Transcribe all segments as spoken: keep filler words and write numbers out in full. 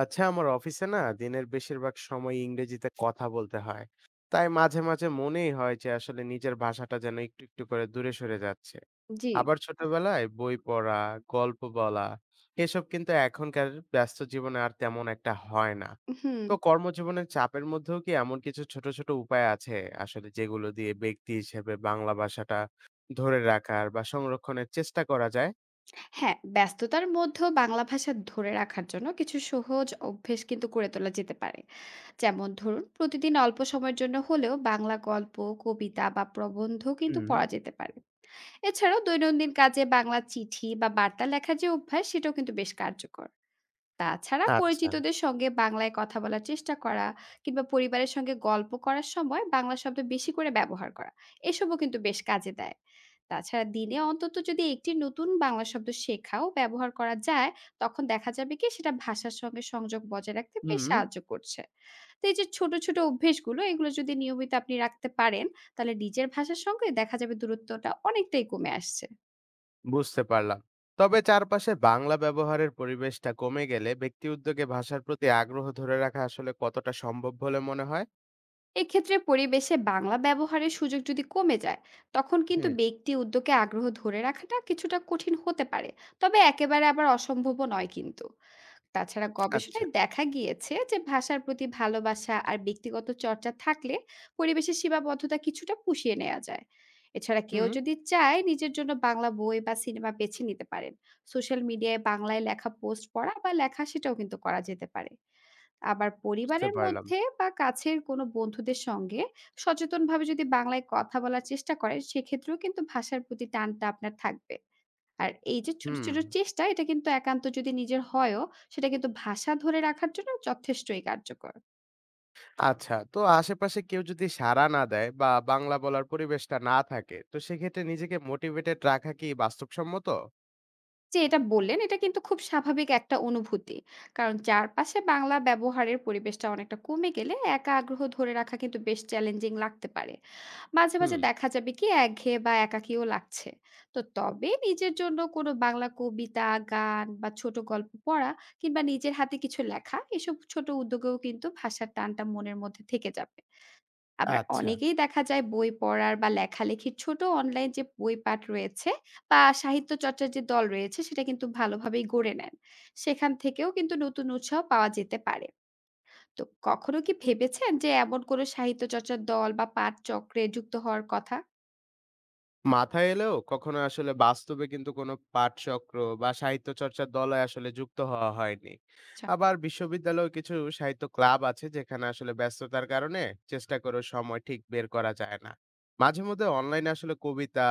আচ্ছা, আমার অফিসে না দিনের বেশিরভাগ সময় ইংরেজিতে কথা বলতে হয়, তাই মাঝে মাঝে মনেই হয় যে আসলে নিজের ভাষাটা যেন একটু একটু করে দূরে সরে যাচ্ছে। জি, আবার ছোটবেলায় বই পড়া, গল্প বলা এসব কিন্তু এখনকার ব্যস্ত জীবনে আর তেমন একটা হয় না। হুম। তো কর্মজীবনের চাপের মধ্যেও কি এমন কিছু ছোট ছোট উপায় আছে আসলে যেগুলো দিয়ে ব্যক্তি হিসেবে বাংলা ভাষাটা ধরে রাখার বা সংরক্ষণের চেষ্টা করা যায়? হ্যাঁ, ব্যস্ততার মধ্যেও বাংলা ভাষা ধরে রাখার জন্য কিছু সহজ অভ্যেস কিন্তু গড়ে তোলা যেতে পারে। যেমন ধরুন, প্রতিদিন অল্প সময়ের জন্য হলেও বাংলা গল্প, কবিতা বা প্রবন্ধ কিন্তু হুম। পড়া যেতে পারে। এছাড়াও দৈনন্দিন কাজে বাংলা চিঠি বা বার্তা লেখার যে অভ্যাস, সেটাও কিন্তু বেশ কার্যকর। তাছাড়া আচ্ছা। পরিচিতদের সঙ্গে বাংলায় কথা বলার চেষ্টা করা কিংবা পরিবারের সঙ্গে গল্প করার সময় বাংলা শব্দ বেশি করে ব্যবহার করা এসবও কিন্তু বেশ কাজে দেয়। তাছাড়া দিনে অন্তত যদি একটি নতুন বাংলা শব্দ শেখা ও ব্যবহার করা যায়, তখন দেখা যাবে কি সেটা ভাষার সঙ্গে সংযোগ বজায় রাখতে বেশ হুম। সাহায্য করছে। তো এই যে ছোট ছোট অভ্যেসগুলো, এগুলো যদি নিয়মিত আপনি রাখতে পারেন, তাহলে নিজের ভাষার সঙ্গে দেখা যাবে দূরত্বটা অনেকটাই কমে আসছে। বুঝতে পারলাম। তবে চারপাশে বাংলা ব্যবহারের পরিবেশটা কমে গেলে ব্যক্তি উদ্যোগে ভাষার প্রতি আগ্রহ ধরে রাখা আসলে কতটা সম্ভব বলে মনে হয়? এক্ষেত্রে পরিবেশে বাংলা ব্যবহারের সুযোগ যদি কমে যায়, তখন কিন্তু হুম। ব্যক্তি উদ্যোগে আগ্রহ ধরে রাখাটা কিছুটা কঠিন হতে পারে। তবে একেবারে আবার অসম্ভব নয় কিন্তু। তাছাড়া আচ্ছা। গবেষণায় দেখা গিয়েছে যে ভাষার প্রতি ভালোবাসা আর ব্যক্তিগত চর্চা থাকলে পরিবেশের সীমাবদ্ধতা কিছুটা পুষিয়ে নেওয়া যায়। এছাড়া কেউ হুম। যদি চায় নিজের জন্য বাংলা বই বা সিনেমা বেছে নিতে পারেন। সোশ্যাল মিডিয়ায় বাংলায় লেখা পোস্ট পড়া বা লেখা সেটাও কিন্তু করা যেতে পারে। আবার বুঝতে পরিবারের পারলাম। মধ্যে বা কাছের কোনো বন্ধুদের সঙ্গে সচেতনভাবে যদি বাংলায় কথা বলার চেষ্টা করেন সেক্ষেত্রেও কিন্তু ভাষার প্রতি টানটা আপনার থাকবে। আর এই যে ছোট, হুম। ছোট চেষ্টা, এটা কিন্তু একান্ত যদি নিজের হয়ও, সেটা কিন্তু ভাষা ধরে রাখার জন্য যথেষ্টই কার্যকর। আচ্ছা, তো আশেপাশে কেউ যদি সাড়া না দেয় বা বাংলা বলার পরিবেশটা না থাকে, তো সেক্ষেত্রে নিজেকে মোটিভেটেড রাখা কি বাস্তবসম্মত? যে এটা বললেন, এটা কিন্তু খুব স্বাভাবিক একটা অনুভূতি। কারণ চারপাশে বাংলা ব্যবহারের পরিবেশটা অনেকটা কমে গেলে একা আগ্রহ ধরে রাখা কিন্তু বেশ চ্যালেঞ্জিং লাগতে পারে। মাঝে, মাঝে হুম। দেখা যাবে কি একঘেয়ে বা একাকীও লাগছে। তো তবে নিজের জন্য কোনো বাংলা কবিতা, গান বা ছোট গল্প পড়া কিংবা নিজের হাতে কিছু লেখা, এসব ছোট উদ্যোগেও কিন্তু ভাষার টানটা মনের মধ্যে থেকে যাবে। আবার আচ্ছা। অনেকেই দেখা যায় বই পড়ার বা লেখালেখির ছোট অনলাইন যে বই পাঠ রয়েছে বা সাহিত্য চর্চার যে দল রয়েছে সেটা কিন্তু ভালোভাবেই গড়ে নেন। সেখান থেকেও কিন্তু নতুন উৎসাহ পাওয়া যেতে পারে। তো কখনো কি ভেবেছেন যে এমন কোনো সাহিত্য চর্চার দল বা পাঠ চক্রে যুক্ত হওয়ার কথা? মাথায় এলেও কখনো আসলে বাস্তবে কিন্তু কোনো পাঠচক্র বা সাহিত্য চর্চার দলে আসলে যুক্ত হওয়া হয়নি। আচ্ছা। আবার বিশ্ববিদ্যালয়ে কিছু সাহিত্য ক্লাব আছে যেখানে আসলে ব্যস্ততার কারণে চেষ্টা করেও সময় ঠিক বের করা যায় না। মাঝে মধ্যে অনলাইনে আসলে কবিতা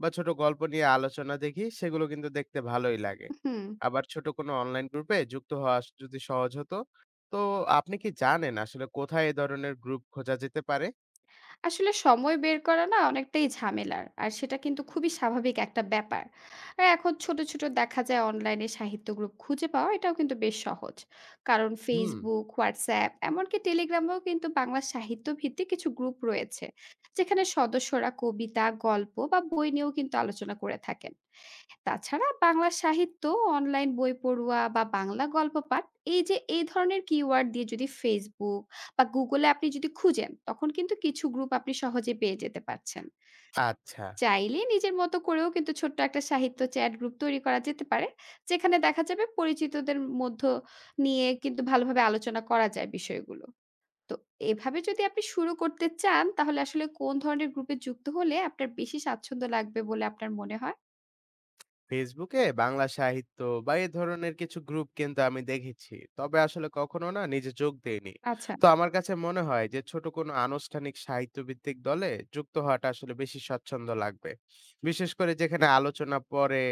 বা ছোট গল্প নিয়ে আলোচনা দেখি, সেগুলো কিন্তু দেখতে ভালোই লাগে। হুম। আবার ছোট কোনো অনলাইন গ্রুপে যুক্ত হওয়া আস- যদি সহজ হতো, তো আপনি কি জানেন আসলে কোথায় এ ধরনের গ্রুপ খোঁজা যেতে পারে? আসলে সময় বের করা না অনেকটাই ঝামেলার। আর সেটা কিন্তু খুবই স্বাভাবিক একটা ব্যাপার। আর এখন ছোট, ছোট দেখা যায় অনলাইনে সাহিত্য গ্রুপ খুঁজে পাওয়া, এটাও কিন্তু বেশ সহজ। কারণ হুম। Facebook, WhatsApp এমনকি Telegram এও কিন্তু বাংলা সাহিত্য ভিত্তিক কিছু গ্রুপ রয়েছে। যেখানে সদস্যরা কবিতা, গল্প বা বই নিয়েও কিন্তু আলোচনা করে থাকেন। তাছাড়া বাংলা সাহিত্য, অনলাইন বই পড়ুয়া বা বাংলা গল্প পাঠ, এই যে এই ধরনের কিওয়ার্ড দিয়ে যদি Facebook বা Google এ আপনি যদি খুঁজেন, তখন কিন্তু কিছু গ্রুপ আপনি সহজে পেয়ে যেতে পারছেন। আচ্ছা। চাইলে নিজের মতো করেও কিন্তু ছোট্ট একটা সাহিত্য চ্যাট গ্রুপ তৈরি করা যেতে পারে। যেখানে দেখা যাবে পরিচিতদের মধ্য নিয়ে কিন্তু ভালোভাবে আলোচনা করা যায় বিষয়গুলো। তো এভাবে যদি আপনি শুরু করতে চান, তাহলে আসলে কোন ধরনের গ্রুপে যুক্ত হলে আপনার বেশি স্বাচ্ছন্দ্য লাগবে বলে আপনার মনে হয়? ফেসবুকে বাংলা সাহিত্য বা এ ধরনের কিছু গ্রুপ কিন্তু আমি দেখেছি, তবে আসলে কখনো না নিজে যোগ দেইনি। আচ্ছা। তো আমার কাছে মনে হয় যে ছোট কোনো আনুষ্ঠানিক সাহিত্য ভিত্তিক দলে যুক্ত হওয়াটা আসলে বেশি স্বচ্ছন্দ লাগবে, বিশেষ করে যেখানে আলোচনা পরে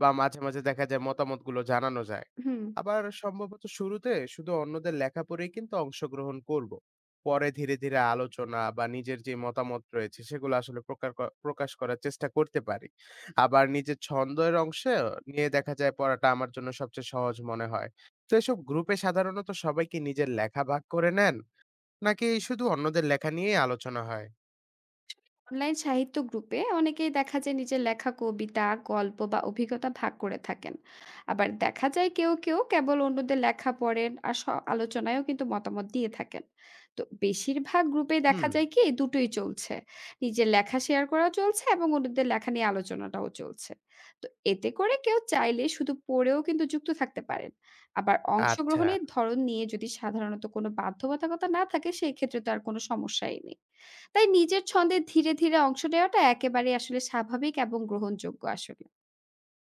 বা মাঝে মাঝে দেখা যায় মতামতগুলো জানানো যায়। হুম। আবার সম্ভবত শুরুতে শুধু অন্যদের লেখা পড়েই কিন্তু অংশগ্রহণ করব, পরে ধীরে ধীরে আলোচনা বা নিজের যে মতামত রয়েছে সেগুলো আসলে প্রকার ক- প্রকাশ করার চেষ্টা করতে পারি। আবার নিজের ছন্দের অংশে নিয়ে দেখা যায় পড়াটা আমার জন্য সবচেয়ে সহজ মনে হয়। তো এসব গ্রুপে সাধারণত সবাই কি নিজের লেখা ভাগ করে নেন? নাকি শুধু অন্যদের লেখা নিয়েই আলোচনা হয়? অনলাইন সাহিত্য গ্রুপে অনেকেই দেখা যায় নিজের লেখা কবিতা, গল্প বা অভিজ্ঞতা ভাগ করে থাকেন। আবার দেখা যায় কেউ কেউ কেবল অন্যদের লেখা পড়েন আর স- আলোচনায়ও কিন্তু মতামত দিয়ে থাকেন। তো বেশিরভাগ গ্রুপে দেখা হুম, যায় কি দুটোই চলছে, নিজের লেখা শেয়ার করা চলছে এবং অন্যদের লেখা নিয়ে আলোচনাটাও চলছে। তো এতে করে কেউ চাইলে শুধু পড়েও কিন্তু যুক্ত থাকতে পারেন। আবার আচ্ছা। অংশগ্রহণের ধরন নিয়ে যদি সাধারণত কোনো বাধ্যবাধকতা না থাকে সেই ক্ষেত্রে তো আর কোনো সমস্যাই নেই। তাই নিজের ছন্দে ধীরে, ধীরে অংশ নেওয়াটা একেবারেই আসলে স্বাভাবিক এবং গ্রহণযোগ্য আসলে।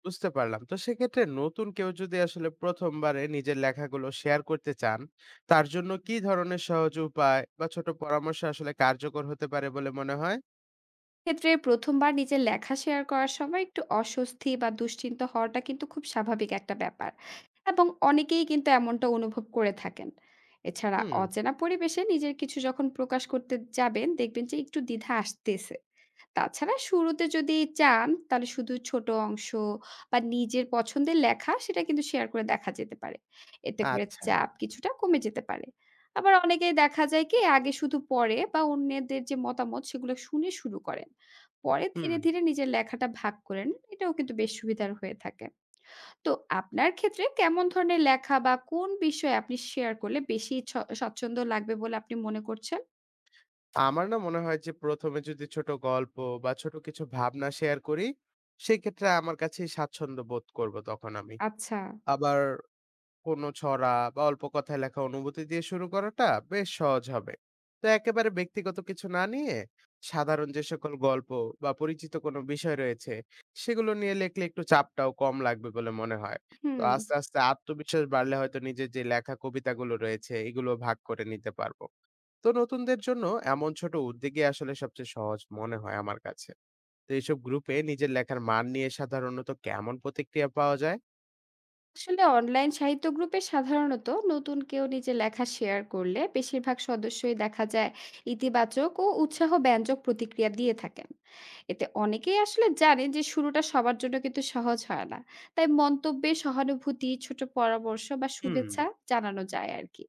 বুঝতে পারলাম। তো সেক্ষেত্রে নতুন কেউ যদি আসলে প্রথম বারে নিজের লেখাগুলো শেয়ার করতে চান, তার জন্য কি ধরনের সহজ উপায় বা ছোট পরামর্শ আসলে কার্যকর হতে পারে বলে মনে হয়? ক্ষেত্রে প্রথম বার নিজের লেখা শেয়ার করার সময় একটু অস্বস্তি বা দুশ্চিন্তা হওয়াটা কিন্তু খুব স্বাভাবিক একটা ব্যাপার, এবং অনেকেই কিন্তু এমনটা অনুভব করে থাকেন। এছাড়া হুম, অচেনা পরিবেশে নিজের কিছু যখন প্রকাশ করতে যাবেন দেখবেন যে একটু দ্বিধা আসতেছে। তাছাড়া শুরুতে যদি চান তাহলে শুধু ছোট অংশ বা নিজের পছন্দের লেখা সেটা কিন্তু শেয়ার করে দেখা যেতে পারে। এতে করে আচ্ছা। চাপ কিছুটা কমে যেতে পারে। আবার অনেকেই দেখা যায় কি আগে শুধু পড়ে বা অন্যদের যে মতামত সেগুলো শুনে শুরু করেন। পরে হুম। ধীরে, ধীরে নিজের লেখাটা ভাগ করে নেন। এটাও কিন্তু বেশ সুবিধার হয়ে থাকে। তো আপনার ক্ষেত্রে কেমন ধরনের লেখা বা কোন বিষয়ে আপনি শেয়ার করলে বেশি ছ স্বচ্ছন্দ লাগবে বলে আপনি মনে করছেন? আমার না মনে হয় যে প্রথম এ যদি ছোট গল্প বা ছোট কিছু ভাবনা শেয়ার করি, সেক্ষেত্রে আমার কাছেই স্বাচ্ছন্দ্য বোধ করব তখন আমি। আচ্ছা। আবার কোনো ছড়া বা অল্প কথায় লেখা অনুভূতি দিয়ে শুরু করাটা বেশ সহজ হবে। তো একেবারে ব্যক্তিগত কিছু না নিয়ে সাধারণ যে সকল গল্প বা পরিচিত কোনো বিষয় রয়েছে, সেগুলো নিয়ে লেখলে একটু চাপটাও কম লাগবে বলে মনে হয়। তো হুম। আস্তে, আস্তে আত্মবিশ্বাস বাড়লে হয়তো নিজের যে লেখা কবিতাগুলো রয়েছে, এগুলো ভাগ করে নিতে পারব। তো নতুনদের জন্য এমন ছোট উদ্যোগই আসলে সবচেয়ে সহজ মনে হয় আমার কাছে। তো এইসব গ্রুপে নিজের লেখার মান নিয়ে সাধারণত কেমন প্রতিক্রিয়া পাওয়া যায়? আসলে অনলাইন সাহিত্য গ্রুপে সাধারণত নতুন কেউ নিজের লেখা শেয়ার করলে বেশিরভাগ সদস্যই দেখা যায় ইতিবাচক ও উৎসাহ ব্যঞ্জক প্রতিক্রিয়া দিয়ে থাকেন। এতে অনেকেই আসলে জানেন যে শুরুটা সবার জন্য কিন্তু সহজ হয় না। তাই মন্তব্যে সহানুভূতি, ছোট পরামর্শ বা হুম। শুভেচ্ছা জানানো যায় আর কি।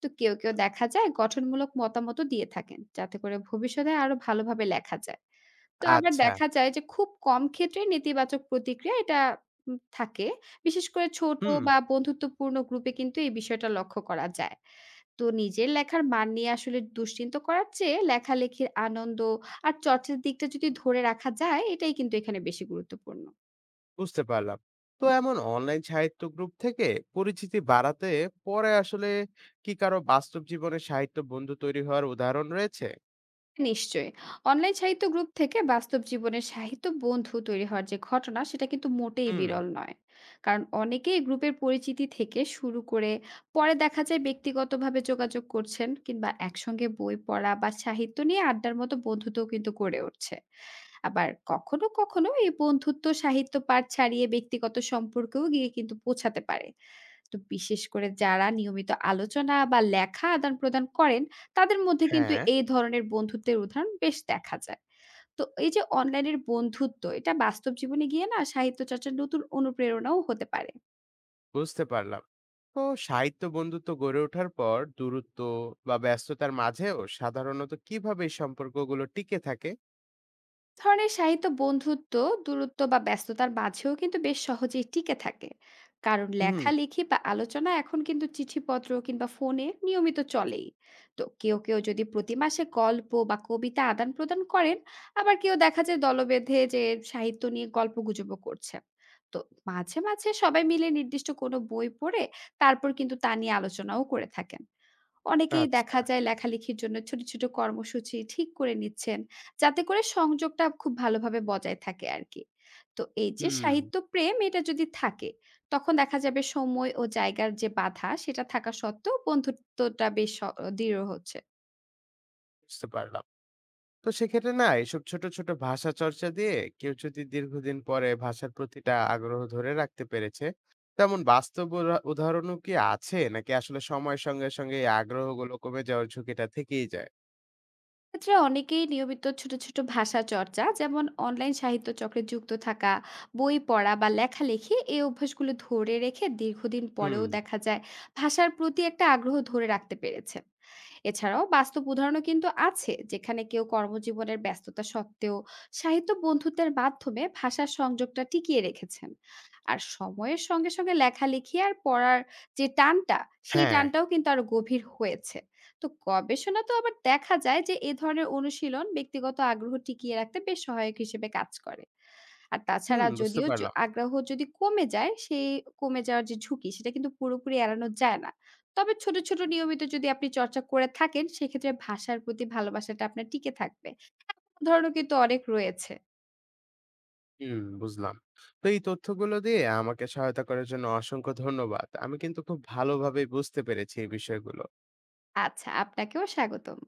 তো কেউ কেউ দেখা যায় গঠনমূলক মতামতও দিয়ে থাকেন যাতে করে ভবিষ্যতে আরো ভালোভাবে লেখা যায়। তো আবার আচ্ছা, দেখা যায় যে খুব কম ক্ষেত্রে নেতিবাচক প্রতিক্রিয়া এটা উম থাকে। বিশেষ করে ছোট হুম, বা বন্ধুত্বপূর্ণ গ্রুপে কিন্তু এই বিষয়টা লক্ষ্য করা যায়। তো নিজের লেখার মান নিয়ে আসলে দুশ্চিন্তা করার চেয়ে লেখালেখির আনন্দ আর চর্চার দিকটা যদি ধরে রাখা যায় এটাই কিন্তু এখানে বেশি গুরুত্বপূর্ণ। বুঝতে পারলাম। তো এমন অনলাইন সাহিত্য গ্রুপ থেকে পরিচিতি বাড়াতে পরে আসলে কি কারো বাস্তব জীবনে সাহিত্য বন্ধু তৈরি হওয়ার উদাহরণ রয়েছে? নিশ্চয়ই। অনলাইন সাহিত্য গ্রুপ থেকে বাস্তব জীবনের সাহিত্য বন্ধু তৈরি হওয়ার যে ঘটনা সেটা কিন্তু মোটেই হুম। বিরল নয়। কারণ অনেকেই গ্রুপের পরিচিতি থেকে শুরু করে পরে দেখা যায় ব্যক্তিগতভাবে যোগাযোগ করছেন, কিংবা একসঙ্গে বই পড়া বা সাহিত্য নিয়ে আড্ডার মতো বন্ধুত্বও কিন্তু গড়ে উঠছে। আবার কখনো কখনো এই বন্ধুত্ব সাহিত্য পাঠ ছাড়িয়ে ব্যক্তিগত সম্পর্কেও গিয়ে কিন্তু পৌঁছাতে পারে। তো বিশেষ করে যারা নিয়মিত আলোচনা বা লেখা আদান-প্রদান করেন, তাদের মধ্যে কিন্তু হ্যাঁ, এই ধরনের বন্ধুত্বের উদাহরণ বেশ দেখা যায়। তো এই যে অনলাইনের বন্ধুত্ব, এটা বাস্তব জীবনে গিয়ে না সাহিত্য চর্চার নতুন অনুপ্রেরণাও হতে পারে। বুঝতে পারলাম। তো সাহিত্য বন্ধুত্ব গড়ে ওঠার পর দূরত্ব বা ব্যস্ততার মাঝেও সাধারণত কিভাবে এই সম্পর্কগুলো টিকে থাকে? ধরনের সাহিত্য বন্ধুত্ব দূরত্ব বা ব্যস্ততার মাঝেও কিন্তু বেশ সহজেই টিকে থাকে। কারণ হুম, লেখালেখি বা আলোচনা এখন কিন্তু চিঠিপত্র কিংবা ফোনে নিয়মিত চলেই। তো কেউ কেউ যদি প্রতি মাসে গল্প বা কবিতা আদান প্রদান করেন, আবার কেউ দেখা যায় দলবেঁধে যে সাহিত্য নিয়ে গল্প গুজব করছে। তো মাঝে মাঝে সবাই মিলে নির্দিষ্ট কোনো বই পড়ে তারপর কিন্তু তা নিয়ে আলোচনাও করে থাকেন। অনেকেই আচ্ছা। দেখা যায় লেখালেখির জন্য ছোট ছোট কর্মসূচি ঠিক করে নিচ্ছেন, যাতে করে সংযোগটা খুব ভালোভাবে বজায় থাকে আরকি। তো এই যে হুম, সাহিত্য প্রেম, এটা যদি থাকে, তখন দেখা যাবে সময় ও জায়গার যে বাধা সেটা থাকা সত্ত্বেও বন্ধুত্বটা বেশ স দৃঢ় হচ্ছে। বুঝতে পারলাম। তো সেক্ষেত্রে না এসব ছোট, ছোট ভাষা চর্চা দিয়ে কেউ যদি দীর্ঘদিন পরে ভাষার প্রতিটা আগ্রহ ধরে রাখতে পেরেছে, তেমন বাস্তব উরা উদাহরণও কি আছে? নাকি আসলে সময়ের সঙ্গে, সঙ্গে এই আগ্রহগুলো কমে যাওয়ার ঝুঁকিটা থেকেই যায়? ক্ষেত্রে অনেকেই নিয়মিত ছোট ছোট ভাষা চর্চা, যেমন অনলাইন সাহিত্য চক্রে যুক্ত থাকা, বই পড়া বা লেখালেখি এই অভ্যাসগুলো ধরে রেখে দীর্ঘদিন হুম, পরেও দেখা যায় ভাষার প্রতি একটা আগ্রহ ধরে রাখতে পেরেছে। এছাড়াও বাস্তব উদাহরণও কিন্তু আছে যেখানে কেউ কর্মজীবনের ব্যস্ততা সত্ত্বেও সাহিত্য বন্ধুত্বের মাধ্যমে ভাষার সংযোগটা টিকিয়ে রেখেছেন। আর সময়ের সঙ্গে সঙ্গে লেখালেখি আর পড়ার যে টানটা, সেই হ্যাঁ, টানটাও কিন্তু আরো গভীর হয়েছে। তো গবেষণা তো আবার দেখা যায় যে এ ধরনের অনুশীলন ব্যক্তিগত আগ্রহ টিকিয়ে রাখতে বেশ সহায়ক হিসেবে কাজ করে। আর হুম, তাছাড়া বুঝতে যদিও য- পারলাম। আগ্রহ যদি কমে যায়, সেই কমে যাওয়ার যে ঝুঁকি সেটা কিন্তু পুরোপুরি এড়ানো যায় না। তবে ছোট ছোট নিয়মিত যদি আপনি চর্চা করে থাকেন সেক্ষেত্রে ভাষার প্রতি ভালোবাসাটা আপনার টিকে থাকবে। ধরনও কিন্তু অনেক রয়েছে। হুম, বুঝলাম। তো এই তথ্যগুলো দিয়ে আমাকে সহায়তা করার জন্য অসংখ্য ধন্যবাদ। আমি কিন্তু খুব ভালোভাবেই বুঝতে পেরেছি এই বিষয়গুলো। আচ্ছা, আপনাকেও স্বাগতম।